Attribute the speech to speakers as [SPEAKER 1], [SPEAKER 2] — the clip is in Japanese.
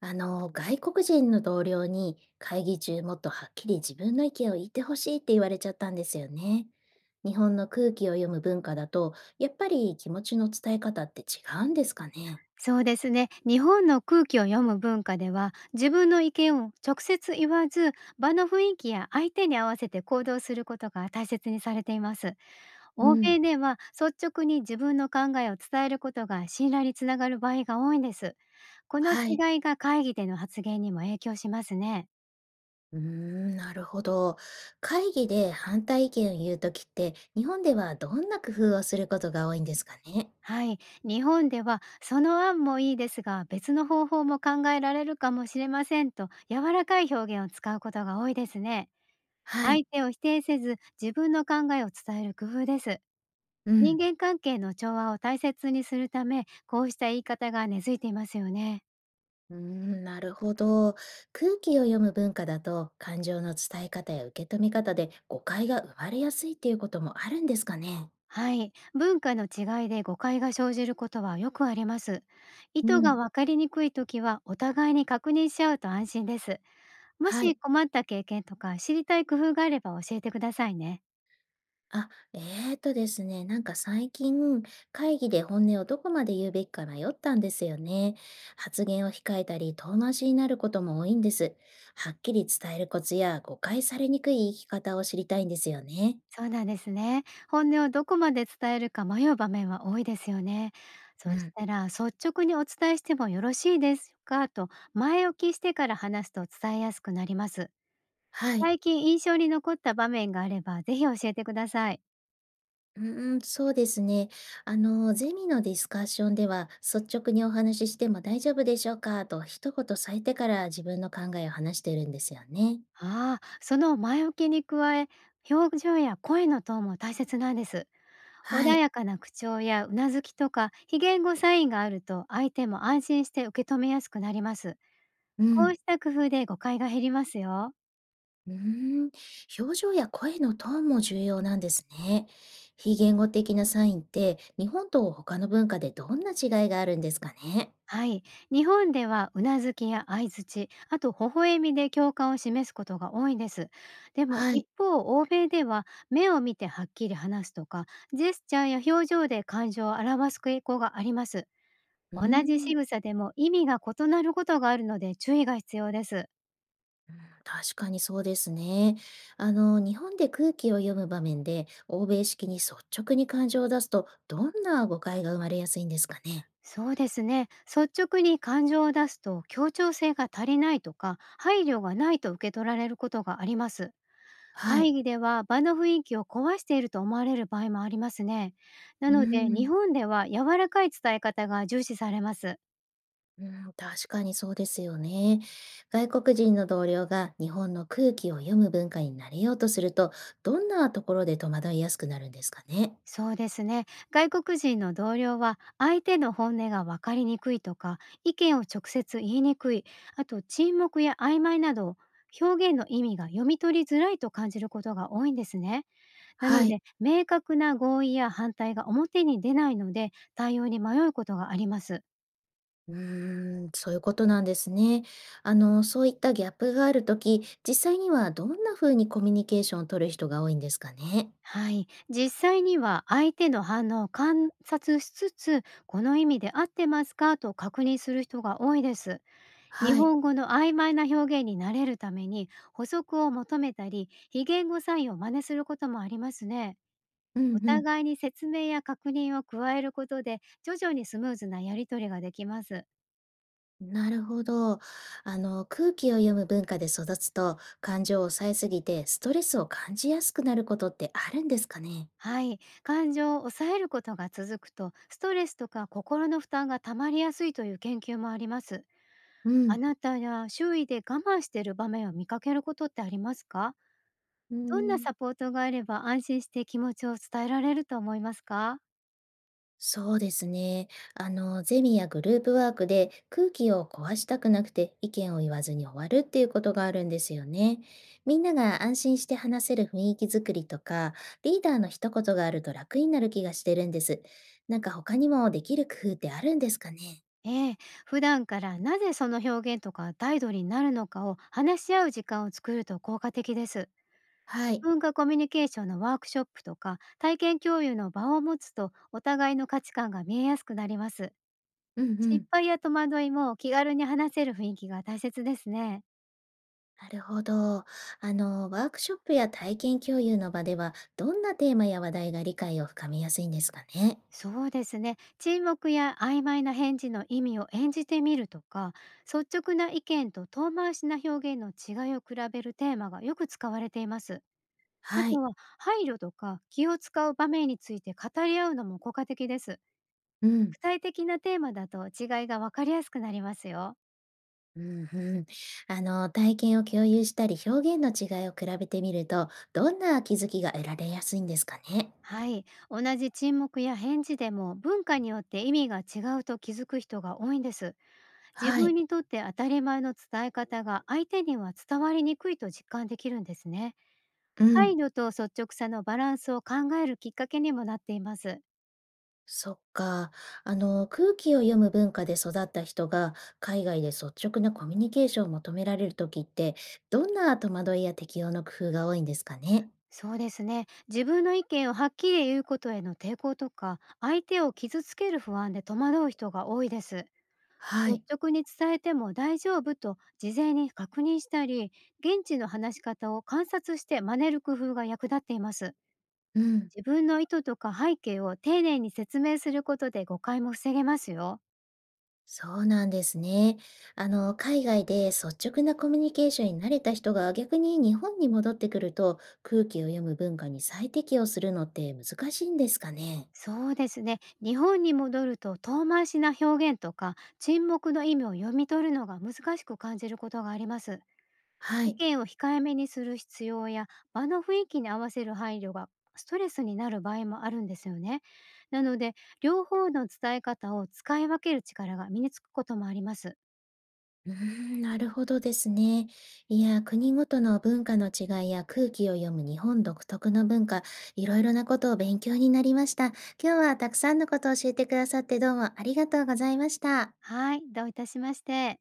[SPEAKER 1] 外国人の同僚に会議中もっとはっきり自分の意見を言ってほしいって言われちゃったんですよね。日本の空気を読む文化だと、やっぱり気持ちの伝え方って違うんですかね。
[SPEAKER 2] そうですね。日本の空気を読む文化では、自分の意見を直接言わず、場の雰囲気や相手に合わせて行動することが大切にされています。
[SPEAKER 1] う
[SPEAKER 2] 欧
[SPEAKER 1] ん、
[SPEAKER 2] 米では率直に自分の考えを伝えることが信頼につながる場合が多いんです。この
[SPEAKER 1] はい。
[SPEAKER 2] 違いが会議での発言にも影響しますね。
[SPEAKER 1] うーん、なるほど。会議で反対意見を言うときって、日本ではどんな工夫をすることが多いんですかね。
[SPEAKER 2] はい。日本では、その案もいいですが、別の方法も考えられるかもしれませんと、柔らかい表現を使うことが多いですね。
[SPEAKER 1] はい。
[SPEAKER 2] 相手を否定せず、自分の考えを伝える工夫です。
[SPEAKER 1] う
[SPEAKER 2] 人
[SPEAKER 1] ん
[SPEAKER 2] 間関係の調和を大切にするため、こうした言い方が根付いていますよね。
[SPEAKER 1] うーん、なるほど。空気を読む文化だと、感情の伝え方や受け止め方で誤解が生まれやすいっていうこともあるんですかね。
[SPEAKER 2] はい。文化の違いで誤解が生じることはよくあります。意
[SPEAKER 1] う
[SPEAKER 2] 図が
[SPEAKER 1] ん、
[SPEAKER 2] 分かりにくい時は、お互いに確認し合うと安心です。も
[SPEAKER 1] は
[SPEAKER 2] し
[SPEAKER 1] い。
[SPEAKER 2] 困った経験とか知りたい工夫があれば、教えてくださいね。
[SPEAKER 1] あ、えーとですね、なんか最近、会議で本音をどこまで言うべきか迷ったんですよね。発言を控えたり、遠回しになることも多いんです。はっきり伝えるコツや誤解されにくい言い方を知りたいんですよね。
[SPEAKER 2] そうなんですね。本音をどこまで伝えるか迷う場面は多いですよね。そ
[SPEAKER 1] う
[SPEAKER 2] し
[SPEAKER 1] ん。
[SPEAKER 2] たら、率直にお伝えしてもよろしいですかと、前置きしてから話すと伝えやすくなります。
[SPEAKER 1] はい。
[SPEAKER 2] 最近印象に残った場面があれば、ぜひ教えてください。
[SPEAKER 1] うーん、そうですね。ゼミのディスカッションでは、率直にお話ししても大丈夫でしょうかと一言添えてから自分の考えを話してるんですよね。
[SPEAKER 2] ああ、その前置きに加え、表情や声のトーンも大切なんです。穏
[SPEAKER 1] はい。
[SPEAKER 2] やかな口調やうなずきとか、非言語サインがあると、相手も安心して受け止めやすくなります。
[SPEAKER 1] う
[SPEAKER 2] こう
[SPEAKER 1] ん。
[SPEAKER 2] した工夫で誤解が減りますよ。
[SPEAKER 1] うーん。表情や声のトーンも重要なんですね。非言語的なサインって、日本と他の文化でどんな違いがあるんですかね。
[SPEAKER 2] はい。日本では、うなずきや相槌、あと微笑みで共感を示すことが多いです。でも
[SPEAKER 1] は
[SPEAKER 2] 一
[SPEAKER 1] い。
[SPEAKER 2] 方、欧米では目を見てはっきり話すとか、ジェスチャーや表情で感情を表す傾向があります。
[SPEAKER 1] う
[SPEAKER 2] 同
[SPEAKER 1] ー
[SPEAKER 2] じ
[SPEAKER 1] ん。
[SPEAKER 2] 仕草でも意味が異なることがあるので、注意が必要です。
[SPEAKER 1] 確かにそうですね。日本で空気を読む場面で、欧米式に率直に感情を出すと、どんな誤解が生まれやすいんですかね。
[SPEAKER 2] そうですね。率直に感情を出すと、協調性が足りないとか、配慮がないと受け取られることがあります。
[SPEAKER 1] は
[SPEAKER 2] 会
[SPEAKER 1] い。
[SPEAKER 2] 議では、場の雰囲気を壊していると思われる場合もありますね。な
[SPEAKER 1] う
[SPEAKER 2] ので、日
[SPEAKER 1] ん、
[SPEAKER 2] 本では柔らかい伝え方が重視されます。
[SPEAKER 1] うん、確かにそうですよね。外国人の同僚が日本の空気を読む文化に慣れようとすると、どんなところで戸惑いやすくなるんですかね。
[SPEAKER 2] そうですね。外国人の同僚は、相手の本音が分かりにくいとか、意見を直接言いにくい、あと沈黙や曖昧など表現の意味が読み取りづらいと感じることが多いんですね。なの
[SPEAKER 1] はい。
[SPEAKER 2] で、明確な合意や反対が表に出ないので、対応に迷うことがあります。
[SPEAKER 1] うーん、そういうことなんですね。そういったギャップがあるとき、実際にはどんな風にコミュニケーションを取る人が多いんですかね。
[SPEAKER 2] はい、実際には相手の反応を観察しつつ、この意味で合ってますかと確認する人が多いです。日
[SPEAKER 1] はい。
[SPEAKER 2] 本語の曖昧な表現に慣れるために補足を求めたり、非言語サインを真似することもありますね。
[SPEAKER 1] う
[SPEAKER 2] お
[SPEAKER 1] んうん。
[SPEAKER 2] 互いに説明や確認を加えることで、徐々にスムーズなやり取りができます。
[SPEAKER 1] なるほど。空気を読む文化で育つと、感情を抑えすぎてストレスを感じやすくなることってあるんですかね。
[SPEAKER 2] はい、感情を抑えることが続くと、ストレスとか心の負担が溜まりやすいという研究もあります。
[SPEAKER 1] う
[SPEAKER 2] あ
[SPEAKER 1] ん。
[SPEAKER 2] なたや周囲で我慢している場面を見かけることってありますか？
[SPEAKER 1] う
[SPEAKER 2] どんな
[SPEAKER 1] ん。
[SPEAKER 2] サポートがあれば安心して気持ちを伝えられると思いますか？
[SPEAKER 1] そうですね。ゼミやグループワークで空気を壊したくなくて意見を言わずに終わるっていうことがあるんですよね。みんなが安心して話せる雰囲気づくりとか、リーダーの一言があると楽になる気がしてるんです。なんか他にもできる工夫ってあるんですかね。
[SPEAKER 2] ええ、普段からなぜその表現とか態度になるのかを話し合う時間を作ると効果的です。
[SPEAKER 1] は
[SPEAKER 2] 異
[SPEAKER 1] い。
[SPEAKER 2] 文化コミュニケーションのワークショップとか体験共有の場を持つと、お互いの価値観が見えやすくなります。
[SPEAKER 1] うんう
[SPEAKER 2] 失
[SPEAKER 1] ん。
[SPEAKER 2] 敗や戸惑いも気軽に話せる雰囲気が大切ですね。
[SPEAKER 1] なるほど。ワークショップや体験共有の場では、どんなテーマや話題が理解を深めやすいんですかね。
[SPEAKER 2] そうですね。沈黙や曖昧な返事の意味を演じてみるとか、率直な意見と遠回しな表現の違いを比べるテーマがよく使われています。あ
[SPEAKER 1] は
[SPEAKER 2] と
[SPEAKER 1] い。
[SPEAKER 2] は、配慮とか気を使う場面について語り合うのも効果的です。
[SPEAKER 1] うん。
[SPEAKER 2] 具体的なテーマだと違いがわかりやすくなりますよ。
[SPEAKER 1] うんうん、体験を共有したり表現の違いを比べてみるとどんな気づきが得られやすいんですかね。
[SPEAKER 2] はい。同じ沈黙や返事でも、文化によって意味が違うと気づく人が多いんです。自
[SPEAKER 1] は
[SPEAKER 2] 分
[SPEAKER 1] い。
[SPEAKER 2] にとって当たり前の伝え方が、相手には伝わりにくいと実感できるんですね。
[SPEAKER 1] う
[SPEAKER 2] 配
[SPEAKER 1] ん。
[SPEAKER 2] 慮と率直さのバランスを考えるきっかけにもなっています。
[SPEAKER 1] そっか。空気を読む文化で育った人が海外で率直なコミュニケーションを求められる時ってどんな戸惑いや適応の工夫が多いんですかね。
[SPEAKER 2] そうですね。自分の意見をはっきり言うことへの抵抗とか、相手を傷つける不安で戸惑う人が多いです。
[SPEAKER 1] は
[SPEAKER 2] 率
[SPEAKER 1] い。
[SPEAKER 2] 直に伝えても大丈夫と事前に確認したり、現地の話し方を観察して真似る工夫が役立っています。
[SPEAKER 1] うん。
[SPEAKER 2] 自分の意図とか背景を丁寧に説明することで、誤解も防げますよ。
[SPEAKER 1] そうなんですね。海外で率直なコミュニケーションに慣れた人が逆に日本に戻ってくると空気を読む文化に再適応するのって難しいんですかね。
[SPEAKER 2] そうですね。日本に戻ると、遠回しな表現とか沈黙の意味を読み取るのが難しく感じることがあります。
[SPEAKER 1] は
[SPEAKER 2] 意
[SPEAKER 1] い。
[SPEAKER 2] 見を控えめにする必要や、場の雰囲気に合わせる配慮がストレスになる場合もあるんですよね。なので、両方の伝え方を使い分ける力が身につくこともあります。
[SPEAKER 1] うーん、なるほどですね。いや、国ごとの文化の違いや空気を読む日本独特の文化、いろいろなことを勉強になりました。今日はたくさんのことを教えてくださってどうもありがとうございました。
[SPEAKER 2] はい、どういたしまして。